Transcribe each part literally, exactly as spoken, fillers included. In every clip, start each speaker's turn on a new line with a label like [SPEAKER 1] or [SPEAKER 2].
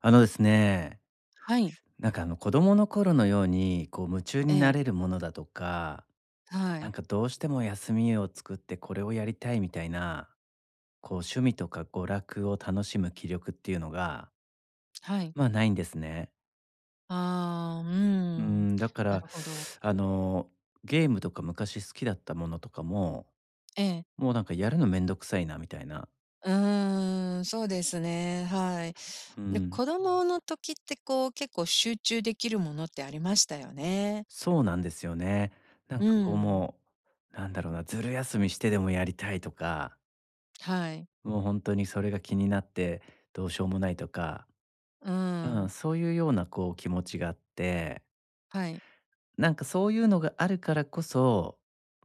[SPEAKER 1] あのですね、
[SPEAKER 2] はい。
[SPEAKER 1] なんかあの子供の頃のようにこう夢中
[SPEAKER 2] え
[SPEAKER 1] にな
[SPEAKER 2] え、
[SPEAKER 1] れるものだとか、
[SPEAKER 2] は
[SPEAKER 1] なん
[SPEAKER 2] い。
[SPEAKER 1] かどうしても休みを作ってこれをやりたいみたいな、こう趣味とか娯楽を楽しむ気力っていうのが、
[SPEAKER 2] はい。
[SPEAKER 1] まあないんですね。
[SPEAKER 2] ああ、うー
[SPEAKER 1] う
[SPEAKER 2] ん。
[SPEAKER 1] ん、だか
[SPEAKER 2] な
[SPEAKER 1] ら、
[SPEAKER 2] るほど。
[SPEAKER 1] あの、ゲームとか昔好きだったものとかも、
[SPEAKER 2] ええ。
[SPEAKER 1] もうなんかやるのめんどくさいなみたいな。
[SPEAKER 2] うーん、そうですね、はい。
[SPEAKER 1] う
[SPEAKER 2] で、
[SPEAKER 1] ん、
[SPEAKER 2] 子供の時ってこう、結構集中できるものってありましたよね。
[SPEAKER 1] そうなんですよね。なん
[SPEAKER 2] う
[SPEAKER 1] かこう
[SPEAKER 2] ん。
[SPEAKER 1] もう、なんだろうな、ずる休みしてでもやりたいとか、
[SPEAKER 2] はい。
[SPEAKER 1] もう本当にそれが気になって、どうしようもないとか、
[SPEAKER 2] う
[SPEAKER 1] う
[SPEAKER 2] ー
[SPEAKER 1] ん、
[SPEAKER 2] ん。
[SPEAKER 1] そういうようなこう気持ちがあって、
[SPEAKER 2] はい。
[SPEAKER 1] なんかそういうのがあるからこそ、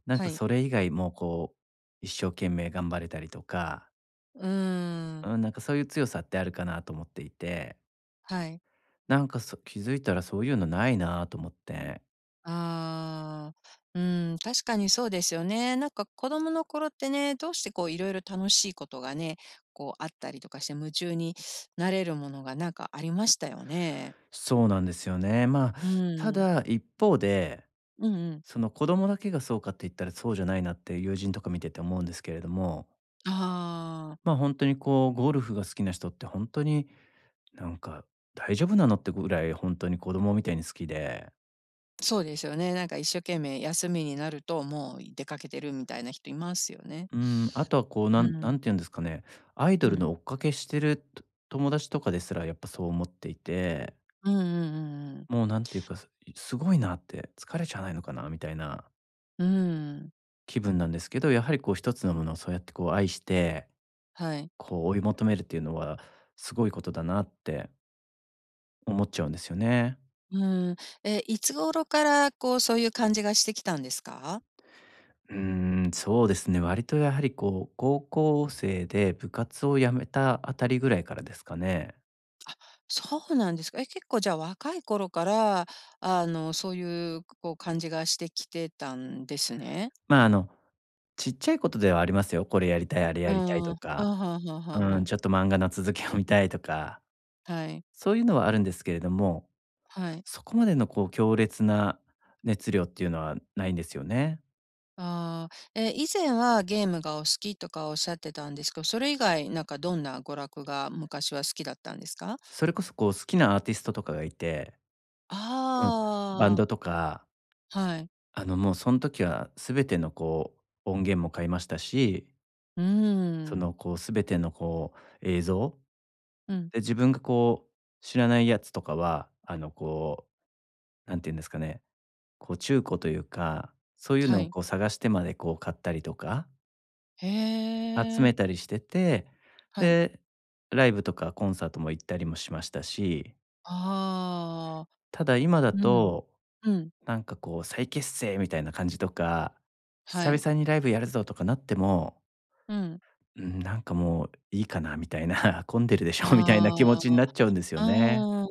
[SPEAKER 1] なん
[SPEAKER 2] は
[SPEAKER 1] か
[SPEAKER 2] い。
[SPEAKER 1] それ以外もこう、一生懸命頑張れたりとか、
[SPEAKER 2] うーん。
[SPEAKER 1] うん、なんかそういう強さってあるかなと思っていて、
[SPEAKER 2] はい。
[SPEAKER 1] なんかそ気づいたらそういうのないなと思って。
[SPEAKER 2] ああ、うん、確かにそうですよね。なんか子供の頃ってね、どうしてこういろいろ楽しいことがね、こうあったりとかして夢中になれるものがなんかありましたよね。
[SPEAKER 1] そうなんですよね。まあ、
[SPEAKER 2] う
[SPEAKER 1] た
[SPEAKER 2] ん。
[SPEAKER 1] だ一方で、
[SPEAKER 2] うんうん。
[SPEAKER 1] その子供だけがそうかって言ったらそうじゃないなって友人とか見てて思うんですけれども、
[SPEAKER 2] ああ、
[SPEAKER 1] まあ、本当にこう、ゴルフが好きな人って本当になんか大丈夫なのってぐらい本当に子供みたいに好きで、
[SPEAKER 2] そうですよね。なんか一生懸命休みになるともう出かけてるみたいな人いますよね。
[SPEAKER 1] うん、あとはこう、な
[SPEAKER 2] う
[SPEAKER 1] んな
[SPEAKER 2] ん。
[SPEAKER 1] んて言うんですかね、アイド
[SPEAKER 2] う
[SPEAKER 1] ル
[SPEAKER 2] ん。
[SPEAKER 1] の追っかけしてると友達とかですらやっぱそう思っていて、
[SPEAKER 2] うんうんうんうん。
[SPEAKER 1] もうなんていうか、すすごいなって、疲れちゃわないのかなみたいな
[SPEAKER 2] うん。
[SPEAKER 1] 気分なんですけど、やはりこう一つのものをそうやってこう愛して、
[SPEAKER 2] はい。
[SPEAKER 1] こう追い求めるっていうのはすごいことだなって思っちゃうんですよね。
[SPEAKER 2] うん。え、いつ頃からこうそういう感じがしてきたんですか？
[SPEAKER 1] うーん、そうですね。割とやはりこう、高校生で部活を辞めたあたりぐらいからですかね。
[SPEAKER 2] そうなんですか。え、結構じゃあ若い頃から、あの、そういう、こう感じがしてきてたんですね。
[SPEAKER 1] まあ、あの、ちっちゃいことではありますよ。これやりたい、あれや
[SPEAKER 2] う
[SPEAKER 1] り
[SPEAKER 2] ん。
[SPEAKER 1] たいと
[SPEAKER 2] あ、はあ
[SPEAKER 1] か、
[SPEAKER 2] はは
[SPEAKER 1] うん、
[SPEAKER 2] は
[SPEAKER 1] ちょっと漫画の続きを見たいとか、
[SPEAKER 2] はい。
[SPEAKER 1] そういうのはあるんですけれども、
[SPEAKER 2] はい。
[SPEAKER 1] そこまでのこう、強烈な熱量っていうのはないんですよね。
[SPEAKER 2] ああ、え、以前はゲームがお好きとかおっしゃってたんですけど、それ以外なんかどんな娯楽が昔は好きだったんですか？
[SPEAKER 1] それこそこう、好きなアーティストとかがいて、うん、バン
[SPEAKER 2] あ
[SPEAKER 1] ド
[SPEAKER 2] あ、
[SPEAKER 1] とか、
[SPEAKER 2] はい。
[SPEAKER 1] あの、もうその時は全てのこう、音源も買いましたし、
[SPEAKER 2] うー
[SPEAKER 1] そ
[SPEAKER 2] ん。
[SPEAKER 1] の、こう、全ての、こう、映像
[SPEAKER 2] うん、
[SPEAKER 1] で、自分が、こう、知らないやつとかは、あの、こう、なんて言うんですかね、こう、中古というか、そういう
[SPEAKER 2] は
[SPEAKER 1] のを、
[SPEAKER 2] い。
[SPEAKER 1] こう、探してまで、こう、買ったりとか、
[SPEAKER 2] へ
[SPEAKER 1] 集
[SPEAKER 2] え、
[SPEAKER 1] めたりしてて、
[SPEAKER 2] はい。
[SPEAKER 1] で、ライブとかコンサートも行ったりもしましたし、
[SPEAKER 2] ああ、
[SPEAKER 1] ただ今だ
[SPEAKER 2] うん。
[SPEAKER 1] と、
[SPEAKER 2] うん、
[SPEAKER 1] なんか、こう、再結成みたいな感じとか、
[SPEAKER 2] は
[SPEAKER 1] 久
[SPEAKER 2] い。
[SPEAKER 1] 々にライブやるぞとかなっても、
[SPEAKER 2] うん。
[SPEAKER 1] うん、なんかもういいかなみたいな 混んでるでしょみたいな
[SPEAKER 2] あ
[SPEAKER 1] 気持ちに
[SPEAKER 2] あ。
[SPEAKER 1] なっちゃうんですよ
[SPEAKER 2] あ
[SPEAKER 1] ね。
[SPEAKER 2] あ、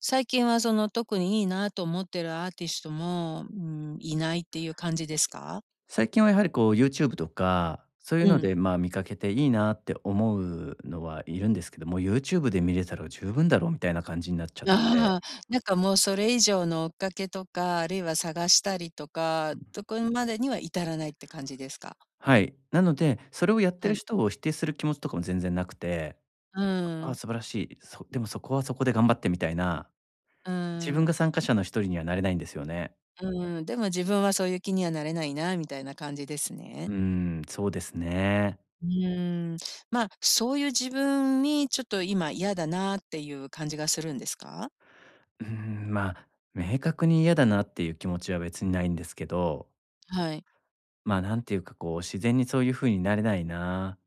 [SPEAKER 2] 最近はその特にいいなと思ってるアーティストも、うん、いないっていう感じですか？
[SPEAKER 1] 最近はやはりこう YouTube とか、そういう
[SPEAKER 2] う
[SPEAKER 1] の
[SPEAKER 2] ん。
[SPEAKER 1] で、まあ、見かけていいなって思うのはいるんですけども、YouTube で見れたら十分だろうみたいな感じになっちゃって。
[SPEAKER 2] ああ、なんかもうそれ以上の追っかけとか、あるいは探したりとか、とこまでには至らないって感じですか？
[SPEAKER 1] はい。なので、それをやって
[SPEAKER 2] は
[SPEAKER 1] る
[SPEAKER 2] い。
[SPEAKER 1] 人を否定する気持ちとかも全然なくて、
[SPEAKER 2] う
[SPEAKER 1] ああ、
[SPEAKER 2] ん。
[SPEAKER 1] 素晴らしい。そでもそこはそこで頑張ってみたいな、
[SPEAKER 2] う
[SPEAKER 1] 自分が
[SPEAKER 2] ん。
[SPEAKER 1] 参加者の一人にはなれないんですよね。
[SPEAKER 2] うん、でも自分はそういう気にはなれないなみたいな感じです
[SPEAKER 1] う
[SPEAKER 2] ね。
[SPEAKER 1] ーん、そうですね。
[SPEAKER 2] うーん。まあ、そういう自分にちょっと今嫌だなっていう感じがするんですか？
[SPEAKER 1] うーん、まあ、明確に嫌だなっていう気持ちは別にないんですけど、
[SPEAKER 2] はい。
[SPEAKER 1] まあ、なんていうかこう自然にそういう風になれないな。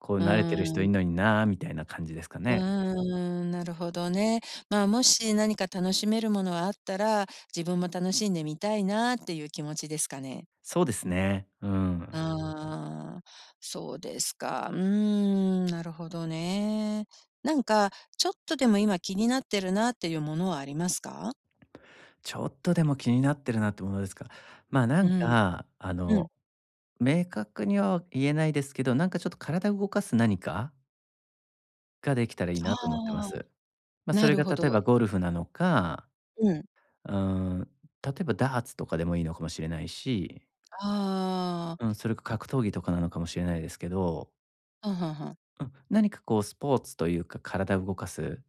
[SPEAKER 1] こう
[SPEAKER 2] う
[SPEAKER 1] 慣れてる人
[SPEAKER 2] ー
[SPEAKER 1] い
[SPEAKER 2] ん。
[SPEAKER 1] んのにな、みたいな感じですか
[SPEAKER 2] う
[SPEAKER 1] ね。
[SPEAKER 2] ーん、なるほどね。まあ、もし何か楽しめるものはあったら、自分も楽しんでみたいなっていう気持ちですかね。
[SPEAKER 1] そうですね。うん。
[SPEAKER 2] ああ、そうですか。うーん、なるほどね。なんか、ちょっとでも今気になってるなっていうものはありますか？
[SPEAKER 1] ちょっとでも気になってるなってものですか。まあ、な
[SPEAKER 2] う
[SPEAKER 1] ん
[SPEAKER 2] ん、
[SPEAKER 1] か、あ
[SPEAKER 2] う
[SPEAKER 1] の、
[SPEAKER 2] ん。
[SPEAKER 1] 明確には言えないですけど、なんかちょっと体を動かす何かができたらいいなと思ってま
[SPEAKER 2] ああ、
[SPEAKER 1] す。ま、そ
[SPEAKER 2] な
[SPEAKER 1] れ
[SPEAKER 2] る
[SPEAKER 1] が
[SPEAKER 2] ほど。
[SPEAKER 1] 例えばゴルフなのか、
[SPEAKER 2] うん。
[SPEAKER 1] うん、例えばダーツとかでもいいのかもしれないし、
[SPEAKER 2] あ
[SPEAKER 1] うん、それか格闘技とかなのかもしれないですけど、
[SPEAKER 2] あ、はんはんはん。
[SPEAKER 1] うん、何かこうスポーツというか、体を動かす。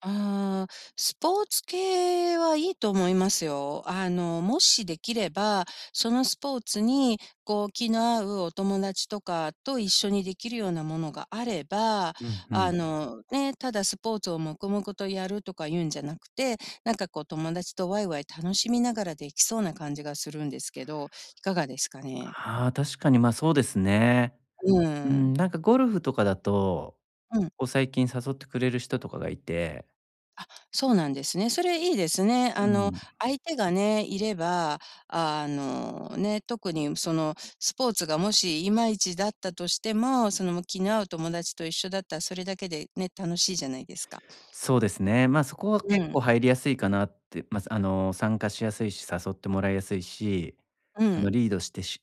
[SPEAKER 2] ああ、スポーツ系はいいと思いますよ。あの、もしできれば、そのスポーツに、こう、気の合うお友達とかと一緒にできるようなものがあれば、
[SPEAKER 1] うんう
[SPEAKER 2] あ
[SPEAKER 1] ん。
[SPEAKER 2] の、ね、ただスポーツを黙々とやるとか言うんじゃなくて、なんかこう、友達とワイワイ楽しみながらできそうな感じがするんですけど、いかがですかね？
[SPEAKER 1] ああ、確かに、ま、あそうですね。
[SPEAKER 2] う
[SPEAKER 1] うん、
[SPEAKER 2] ん。
[SPEAKER 1] なんかゴルフとかだと、
[SPEAKER 2] うん。
[SPEAKER 1] こう最近誘ってくれる人とかがいて、
[SPEAKER 2] あ、そうなんですね。それいいですね。
[SPEAKER 1] う
[SPEAKER 2] あの、
[SPEAKER 1] ん、
[SPEAKER 2] 相手がね、いれば、あの、ね、特にそのスポーツがもしいまいちだったとしても、その気の合う友達と一緒だったらそれだけでね、楽しいじゃないですか。
[SPEAKER 1] そうですね。ま、そこは
[SPEAKER 2] う
[SPEAKER 1] 結
[SPEAKER 2] ん。
[SPEAKER 1] 構入りやすいかなって、まあ、あの、参加しやすいし、誘ってもらいやすいし、
[SPEAKER 2] う
[SPEAKER 1] あの、
[SPEAKER 2] ん。
[SPEAKER 1] リードしてし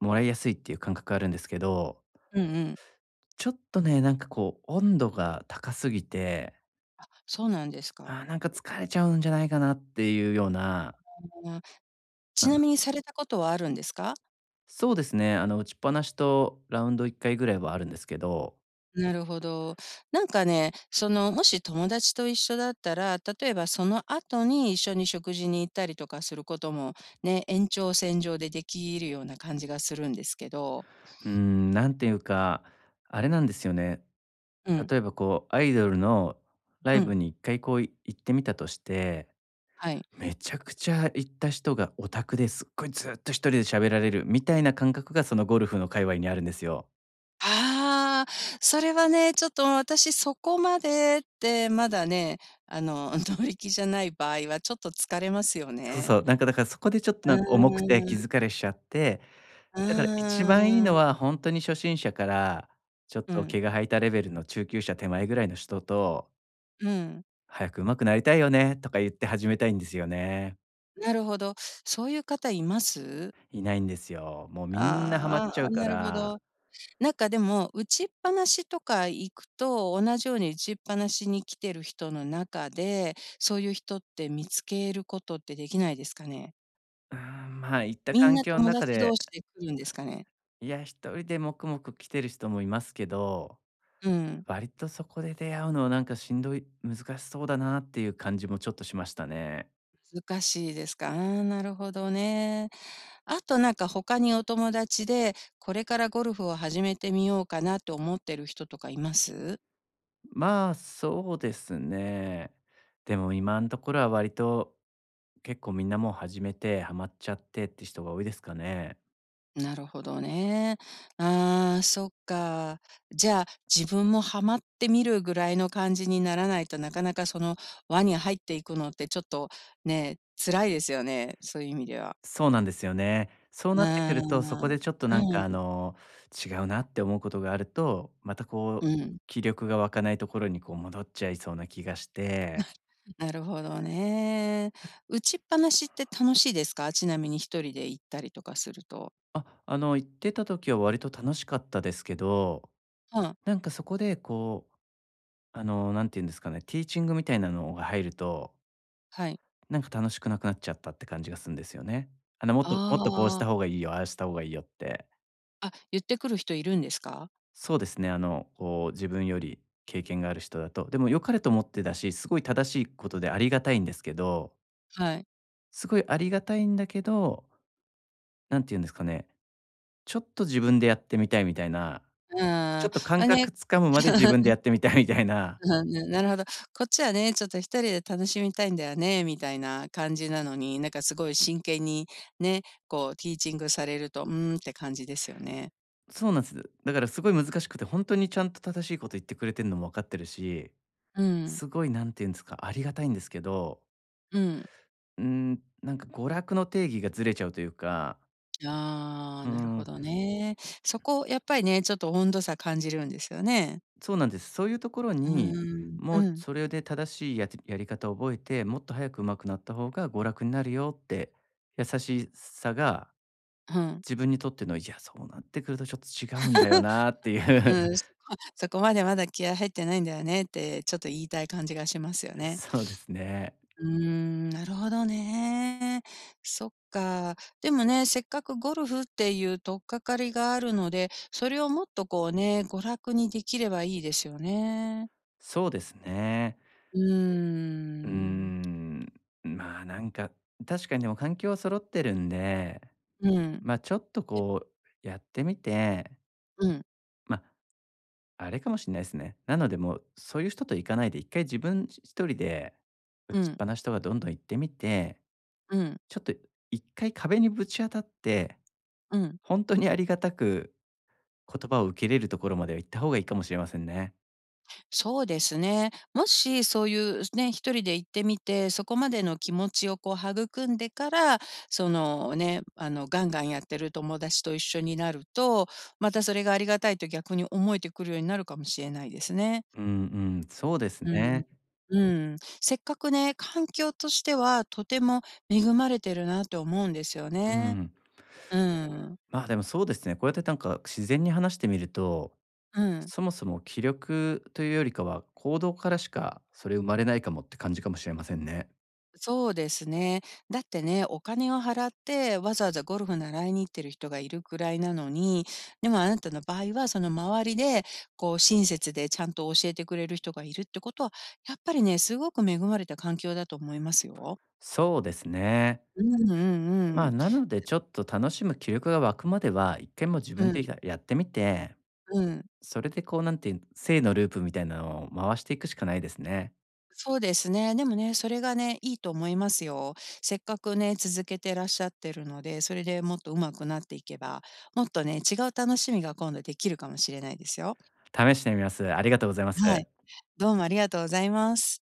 [SPEAKER 1] もらいやすいっていう感覚あるんですけど、
[SPEAKER 2] うんうん。
[SPEAKER 1] ちょっとね、なんかこう温度が高すぎて、
[SPEAKER 2] そうなんですか。
[SPEAKER 1] あーなんか疲れちゃうんじゃないかなっていうような、
[SPEAKER 2] あ
[SPEAKER 1] う
[SPEAKER 2] ち
[SPEAKER 1] ん、
[SPEAKER 2] なみにされたことはあるんですか？
[SPEAKER 1] そうですね、あの、打ちっぱなしとラウンドいっかいぐらいはあるんですけど、
[SPEAKER 2] なるほど。なんかね、その、もし友達と一緒だったら、例えばその後に一緒に食事に行ったりとかすることも、ね、延長線上でできるような感じがするんですけど。
[SPEAKER 1] うーん、なんていうか、あれなんですよね。
[SPEAKER 2] うん、
[SPEAKER 1] 例えばこう、アイドルのライ
[SPEAKER 2] う
[SPEAKER 1] ブ
[SPEAKER 2] ん、
[SPEAKER 1] に一回こうい行ってみたとして、
[SPEAKER 2] はい。
[SPEAKER 1] めちゃくちゃ行った人がオタクですっごいずっと一人で喋られるみたいな感覚がそのゴルフの界隈にあるんですよ。
[SPEAKER 2] ああ、それはね、ちょっと私そこまでってまだね、あの、乗り気じゃない場合はちょっと疲れますよ
[SPEAKER 1] そう
[SPEAKER 2] ね。
[SPEAKER 1] そう、なんかだからそこでちょっと
[SPEAKER 2] う
[SPEAKER 1] なんか重くて
[SPEAKER 2] ーん、
[SPEAKER 1] 気
[SPEAKER 2] う
[SPEAKER 1] 疲れしちゃって、だから一番いい
[SPEAKER 2] ー
[SPEAKER 1] の
[SPEAKER 2] ん、
[SPEAKER 1] は本当に初心者からちょっ
[SPEAKER 2] う
[SPEAKER 1] と
[SPEAKER 2] ん、
[SPEAKER 1] 毛が生えたレベルの中級者手前ぐらいの人と、
[SPEAKER 2] うん。
[SPEAKER 1] 早く上手くなりたいよねとか言って始めたいんですよね。
[SPEAKER 2] なるほど。そういう方います？
[SPEAKER 1] いないんですよ。もうみんなハマっ
[SPEAKER 2] あ
[SPEAKER 1] ちゃ
[SPEAKER 2] ーあ
[SPEAKER 1] う
[SPEAKER 2] ー、
[SPEAKER 1] か
[SPEAKER 2] なるほ
[SPEAKER 1] ら、
[SPEAKER 2] ど。なんかでも、打ちっぱなしとか行くと、同じように打ちっぱなしに来てる人の中で、そういう人って見つけることってできないですかね？
[SPEAKER 1] うーん、まあ、行った
[SPEAKER 2] みん
[SPEAKER 1] 環
[SPEAKER 2] な
[SPEAKER 1] 境の
[SPEAKER 2] 友
[SPEAKER 1] 中
[SPEAKER 2] 達同
[SPEAKER 1] で、
[SPEAKER 2] 士で来るんですかね？
[SPEAKER 1] いや、一人で黙々来てる人もいますけど、
[SPEAKER 2] うん、
[SPEAKER 1] 割とそこで出会うのはなんかしんどい難しそうだなっていう感じもちょっとしましたね。
[SPEAKER 2] 難しいですか。ああ、なるほどね。あとなんか他にお友達で、これからゴルフを始めてみようかなと思ってる人とかいます？
[SPEAKER 1] まあ、そうですね。でも今のところは割と結構みんなもう始めてハマっちゃってって人が多いですかね。
[SPEAKER 2] なるほどね。ああ、そっか。じゃあ、自分もハマってみるぐらいの感じにならないとなかなかその輪に入っていくのってちょっとね、辛いですよね、そういう意味では。
[SPEAKER 1] そうなんですよね。そう
[SPEAKER 2] う
[SPEAKER 1] な
[SPEAKER 2] ー
[SPEAKER 1] ってくると、そこ
[SPEAKER 2] ん。
[SPEAKER 1] でちょっとなんかあの、違うなって思うことがあると、また
[SPEAKER 2] う
[SPEAKER 1] こう、
[SPEAKER 2] ん、うん。
[SPEAKER 1] 気力が湧かないところにこう戻っちゃいそうな気がして、
[SPEAKER 2] なるほどね。打ちっぱなしって楽しいですか？ちなみに一人で行ったりとかすると。
[SPEAKER 1] あ、あの、行ってた時は割と楽しかったですけど、
[SPEAKER 2] うん、
[SPEAKER 1] なんかそこでこう、あの、なんて言うんですかね、ティーチングみたいなのが入ると、
[SPEAKER 2] はい。
[SPEAKER 1] なんか楽しくなくなっちゃったって感じがするんですよね。あの、もっともっとこうし
[SPEAKER 2] あ
[SPEAKER 1] た
[SPEAKER 2] あ、
[SPEAKER 1] 方がいいよ、ああした方がいいよって。
[SPEAKER 2] あ、言ってくる人いるんですか？
[SPEAKER 1] そうですね。あの、こう自分より経験がある人だと、でも良かれと思ってだし、すごい正しいことでありがたいんですけど、
[SPEAKER 2] はい。
[SPEAKER 1] すごいありがたいんだけど、なんて言うんですかね、ちょっと自分でやってみたいみたいな、
[SPEAKER 2] うん。
[SPEAKER 1] ちょ
[SPEAKER 2] ま、
[SPEAKER 1] っと感
[SPEAKER 2] ね
[SPEAKER 1] 覚つかむまで自分で やってみたいみたいな、
[SPEAKER 2] うん、ななるほど。こっちはね、ちょっと一人で楽しみたいんだよね、みたいな感じなのに、なんかすごい真剣にね、こうティーチングされると、うーんって感じですよね。
[SPEAKER 1] そうなんです。だからすごい難しくて、本当にちゃんと正しいこと言ってくれてるのも分かってるし、
[SPEAKER 2] うん、
[SPEAKER 1] すごいなんて言うんですか、ありがたいんですけど、
[SPEAKER 2] うん。
[SPEAKER 1] うーん、なんか娯楽の定義がずれちゃうというか、
[SPEAKER 2] ああ、
[SPEAKER 1] うー
[SPEAKER 2] なるほ
[SPEAKER 1] ん、
[SPEAKER 2] どね。そこやっぱりね、ちょっと温度差感じるんですよね。
[SPEAKER 1] そうなんです。そういうところ
[SPEAKER 2] うー
[SPEAKER 1] に、
[SPEAKER 2] ん、
[SPEAKER 1] もう
[SPEAKER 2] うん、
[SPEAKER 1] それで正しいやつやり方を覚えて、もっと早く上手くなった方が娯楽になるよって、優しさが
[SPEAKER 2] うん、
[SPEAKER 1] 自分にとっての、いや、そうなってくるとちょっと違うんだよなってい
[SPEAKER 2] う
[SPEAKER 1] う。
[SPEAKER 2] ん、そこ そこまでまだ気合入ってないんだよねってちょっと言いたい感じがしますよ ね。
[SPEAKER 1] そうですね。
[SPEAKER 2] うーん、なるほどね。そっか。でもね、せっかくゴルフっていう取っかかりがあるので、それをもっとこうね、娯楽にできればいいですよね。
[SPEAKER 1] そうですね。
[SPEAKER 2] う
[SPEAKER 1] うー
[SPEAKER 2] ーん。
[SPEAKER 1] ん。まあなんか、確かにでも環境は揃ってるんで、
[SPEAKER 2] うん。
[SPEAKER 1] まあちょっと
[SPEAKER 2] え
[SPEAKER 1] こうやってみて、
[SPEAKER 2] うん、
[SPEAKER 1] まああれかもしれないですね。なので、もう、そういう人と行かないで、一回自分一人で、打
[SPEAKER 2] う
[SPEAKER 1] ちっ
[SPEAKER 2] ん、
[SPEAKER 1] ぱなしとかどんどん行ってみて、
[SPEAKER 2] うん、
[SPEAKER 1] ちょっと一回壁にぶち当たって、
[SPEAKER 2] うん。
[SPEAKER 1] 本当にありがたく言葉を受け入れるところまでは行った方がいいかもしれませんね。
[SPEAKER 2] そうですね。もしそういうね、一人で行ってみて、そこまでの気持ちをこう育んでから、そのね、あのガンガンやってる友達と一緒になると、またそれがありがたいと逆に思えてくるようになるかもしれないですね。
[SPEAKER 1] うんうん、そうです
[SPEAKER 2] うん。
[SPEAKER 1] ね。
[SPEAKER 2] うん。せっかくね、環境としてはとても恵まれてるなと思うんですよ
[SPEAKER 1] う
[SPEAKER 2] ね。
[SPEAKER 1] ん。
[SPEAKER 2] うん。
[SPEAKER 1] まあ、でもそうですね、こうやってなんか自然に話してみると、
[SPEAKER 2] うん。
[SPEAKER 1] そもそも気力というよりかは、行動からしかそれ生まれないかもって感じかもしれませんね。
[SPEAKER 2] そうですね。だってね、お金を払ってわざわざゴルフ習いに行ってる人がいるくらいなのに、でもあなたの場合はその周りで、こう親切でちゃんと教えてくれる人がいるってことは、やっぱりね、すごく恵まれた環境だと思いますよ。
[SPEAKER 1] そうですね。
[SPEAKER 2] うんうん
[SPEAKER 1] ま
[SPEAKER 2] う
[SPEAKER 1] あ、
[SPEAKER 2] ん。
[SPEAKER 1] なのでちょっと楽しむ気力が湧くまでは、一回もう自
[SPEAKER 2] う
[SPEAKER 1] 分で
[SPEAKER 2] ん
[SPEAKER 1] やってみて、
[SPEAKER 2] うん。
[SPEAKER 1] それでこう、なんていう、正のループみたいなのを回していくしかないですね。
[SPEAKER 2] そうですね。でもね、それがね、いいと思いますよ。せっかくね、続けてらっしゃってるので、それでもっと上手くなっていけば、もっとね、違う楽しみが今度できるかもしれないですよ。
[SPEAKER 1] 試してみます。ありがとうございます。
[SPEAKER 2] はい。どうもありがとうございます。